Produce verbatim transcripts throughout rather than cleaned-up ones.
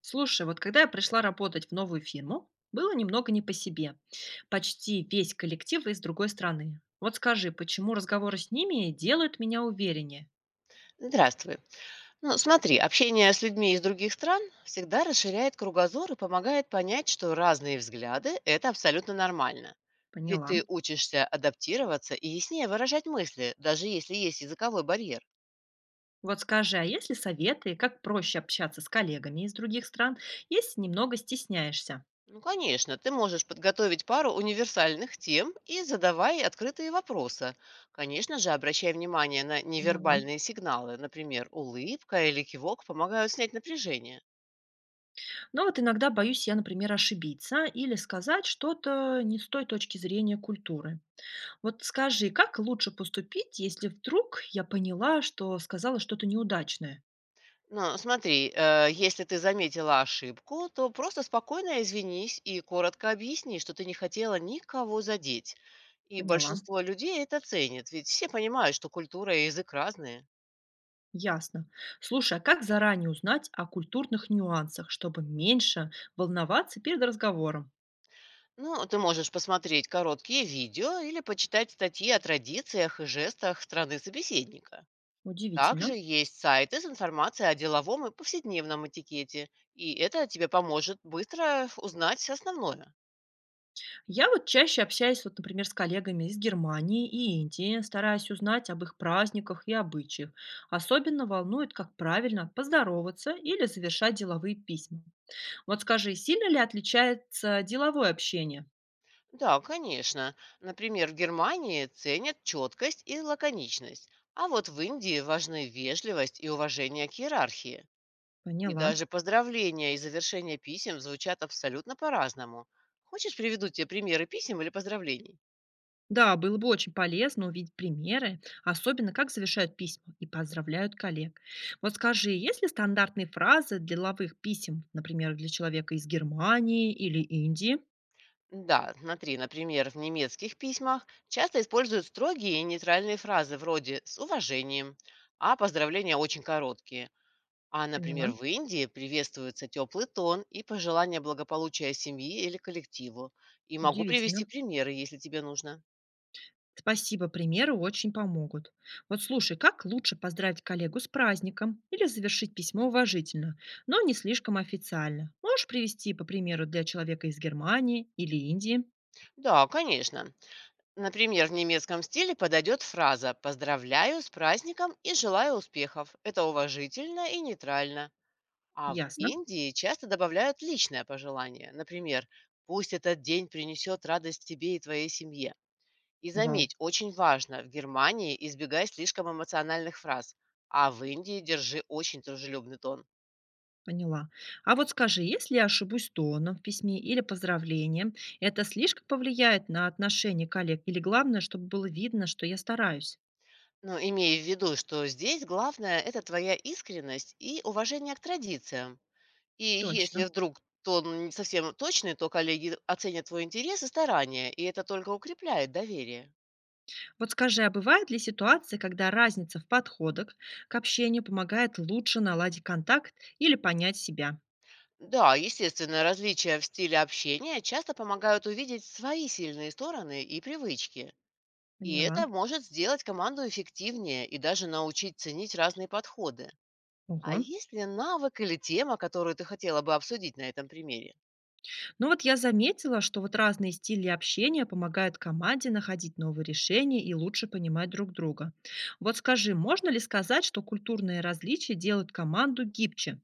Слушай, вот когда я пришла работать в новую фирму, было немного не по себе. Почти весь коллектив из другой страны. Вот скажи, почему разговоры с ними делают меня увереннее? Здравствуй. Ну, смотри, общение с людьми из других стран всегда расширяет кругозор и помогает понять, что разные взгляды– это абсолютно нормально. Ведь Поняла. ты учишься адаптироваться и яснее выражать мысли, даже если есть языковой барьер. Вот скажи, а есть ли советы, как проще общаться с коллегами из других стран, если немного стесняешься? Ну, конечно, ты можешь подготовить пару универсальных тем и задавай открытые вопросы. Конечно же, обращай внимание на Поняла. невербальные сигналы, например, улыбка или кивок помогают снять напряжение. Но вот иногда боюсь я, например, ошибиться или сказать что-то не с той точки зрения культуры. Вот скажи, как лучше поступить, если вдруг я поняла, что сказала что-то неудачное? Ну, смотри, э, если ты заметила ошибку, то просто спокойно извинись и коротко объясни, что ты не хотела никого задеть. И Поняла. большинство людей это ценит, ведь все понимают, что культура и язык разные. Ясно. Слушай, а как заранее узнать о культурных нюансах, чтобы меньше волноваться перед разговором? Ну, ты можешь посмотреть короткие видео или почитать статьи о традициях и жестах страны собеседника. Также Удивительно. есть сайты с информацией о деловом и повседневном этикете, и это тебе поможет быстро узнать основное. Я вот чаще общаюсь, вот, например, с коллегами из Германии и Индии, стараясь узнать об их праздниках и обычаях. Особенно волнует, как правильно поздороваться или завершать деловые письма. Вот скажи, сильно ли отличается деловое общение? Да, конечно. Например, в Германии ценят четкость и лаконичность, а вот в Индии важны вежливость и уважение к иерархии. И Поняла. даже поздравления и завершения писем звучат абсолютно по-разному. Хочешь, приведу тебе примеры писем или поздравлений? Да, было бы очень полезно увидеть примеры, особенно как завершают письма и поздравляют коллег. Вот скажи, есть ли стандартные фразы для деловых писем, например, для человека из Германии или Индии? Да, смотри, например, в немецких письмах часто используют строгие и нейтральные фразы вроде «с уважением», а поздравления очень короткие. А, Поняла. например, в Индии приветствуется теплый тон и пожелание благополучия семьи или коллективу. И могу привести Удивительно. примеры, если тебе нужно. Спасибо, примеры очень помогут. Вот слушай, как лучше поздравить коллегу с праздником или завершить письмо уважительно, но не слишком официально? Можешь привести по примеру для человека из Германии или Индии? Да, конечно. Например, в немецком стиле подойдет фраза «поздравляю с праздником и желаю успехов». Это уважительно и нейтрально. А в Ясно. Индии часто добавляют личное пожелание. Например, «пусть этот день принесет радость тебе и твоей семье». И Вау. заметь, очень важно, в Германии избегай слишком эмоциональных фраз, а в Индии держи очень дружелюбный тон. Поняла. А вот скажи, если я ошибусь тоном в письме или поздравлением, это слишком повлияет на отношение коллег? Или главное, чтобы было видно, что я стараюсь? Но имея в виду, что здесь главное– это твоя искренность и уважение к традициям. И если Точно. вдруг тон не совсем точный, то коллеги оценят твой интерес и старания, и это только укрепляет доверие. Вот скажи, а бывают ли ситуации, когда разница в подходах к общению помогает лучше наладить контакт или понять себя? Да, естественно, различия в стиле общения часто помогают увидеть свои сильные стороны и привычки. И Поняла. это может сделать команду эффективнее и даже научить ценить разные подходы. А Ого. есть ли навык или тема, которую ты хотела бы обсудить на этом примере? Ну вот я заметила, что вот разные стили общения помогают команде находить новые решения и лучше понимать друг друга. Вот скажи, можно ли сказать, что культурные различия делают команду гибче?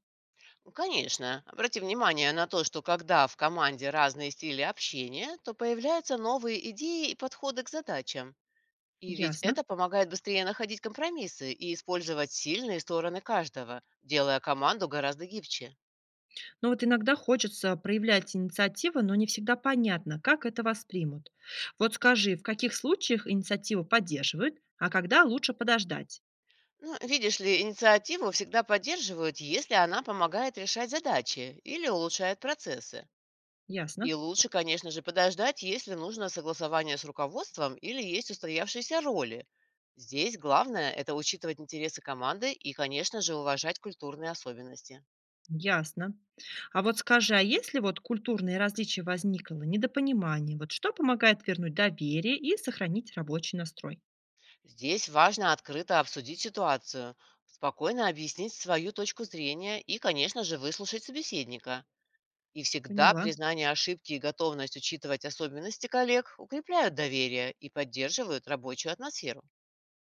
Ну, конечно. Обрати внимание на то, что когда в команде разные стили общения, то появляются новые идеи и подходы к задачам. И ведь Ясно. это помогает быстрее находить компромиссы и использовать сильные стороны каждого, делая команду гораздо гибче. Но вот иногда хочется проявлять инициативу, но не всегда понятно, как это воспримут. Вот скажи, в каких случаях инициативу поддерживают, а когда лучше подождать? Ну, видишь ли, инициативу всегда поддерживают, если она помогает решать задачи или улучшает процессы. Ясно. И лучше, конечно же, подождать, если нужно согласование с руководством или есть устоявшиеся роли. Здесь главное– это учитывать интересы команды и, конечно же, уважать культурные особенности. Ясно. А вот скажи, а если вот культурные различия возникло, недопонимание, вот что помогает вернуть доверие и сохранить рабочий настрой? Здесь важно открыто обсудить ситуацию, спокойно объяснить свою точку зрения и, конечно же, выслушать собеседника. И всегда Поняла, признание ошибки и готовность учитывать особенности коллег укрепляют доверие и поддерживают рабочую атмосферу.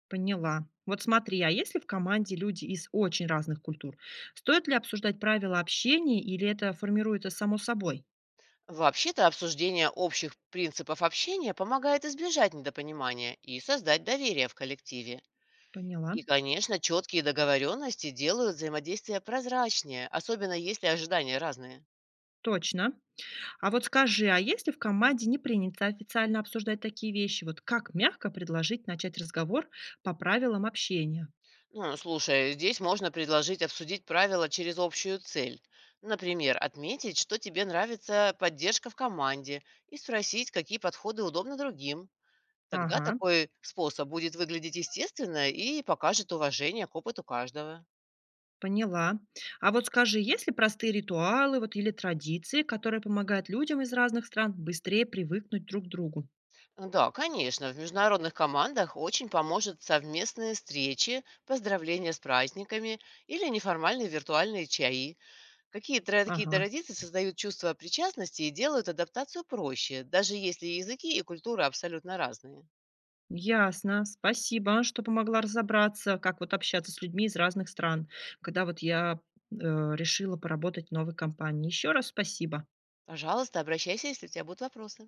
поняла. Вот смотри, а если в команде люди из очень разных культур, стоит ли обсуждать правила общения или это формируется само собой? Вообще-то обсуждение общих принципов общения помогает избежать недопонимания и создать доверие в коллективе. Поняла. И, конечно, четкие договоренности делают взаимодействие прозрачнее, особенно если ожидания разные. Точно. А вот скажи, а если в команде не принято официально обсуждать такие вещи, вот как мягко предложить начать разговор по правилам общения? Ну, слушай, здесь можно предложить обсудить правила через общую цель. Например, отметить, что тебе нравится поддержка в команде, и спросить, какие подходы удобны другим. Тогда Ага. такой способ будет выглядеть естественно и покажет уважение к опыту каждого. Поняла. А вот скажи, есть ли простые ритуалы вот, или традиции, которые помогают людям из разных стран быстрее привыкнуть друг к другу? Да, конечно, в международных командах очень поможет совместные встречи, поздравления с праздниками или неформальные виртуальные чаи. Какие тра- такие Ага, традиции создают чувство причастности и делают адаптацию проще, даже если языки и культура абсолютно разные? ясно. Спасибо, что помогла разобраться, как вот общаться с людьми из разных стран, когда вот я э, решила поработать в новой компании. Еще раз спасибо. Пожалуйста, обращайся, если у тебя будут вопросы.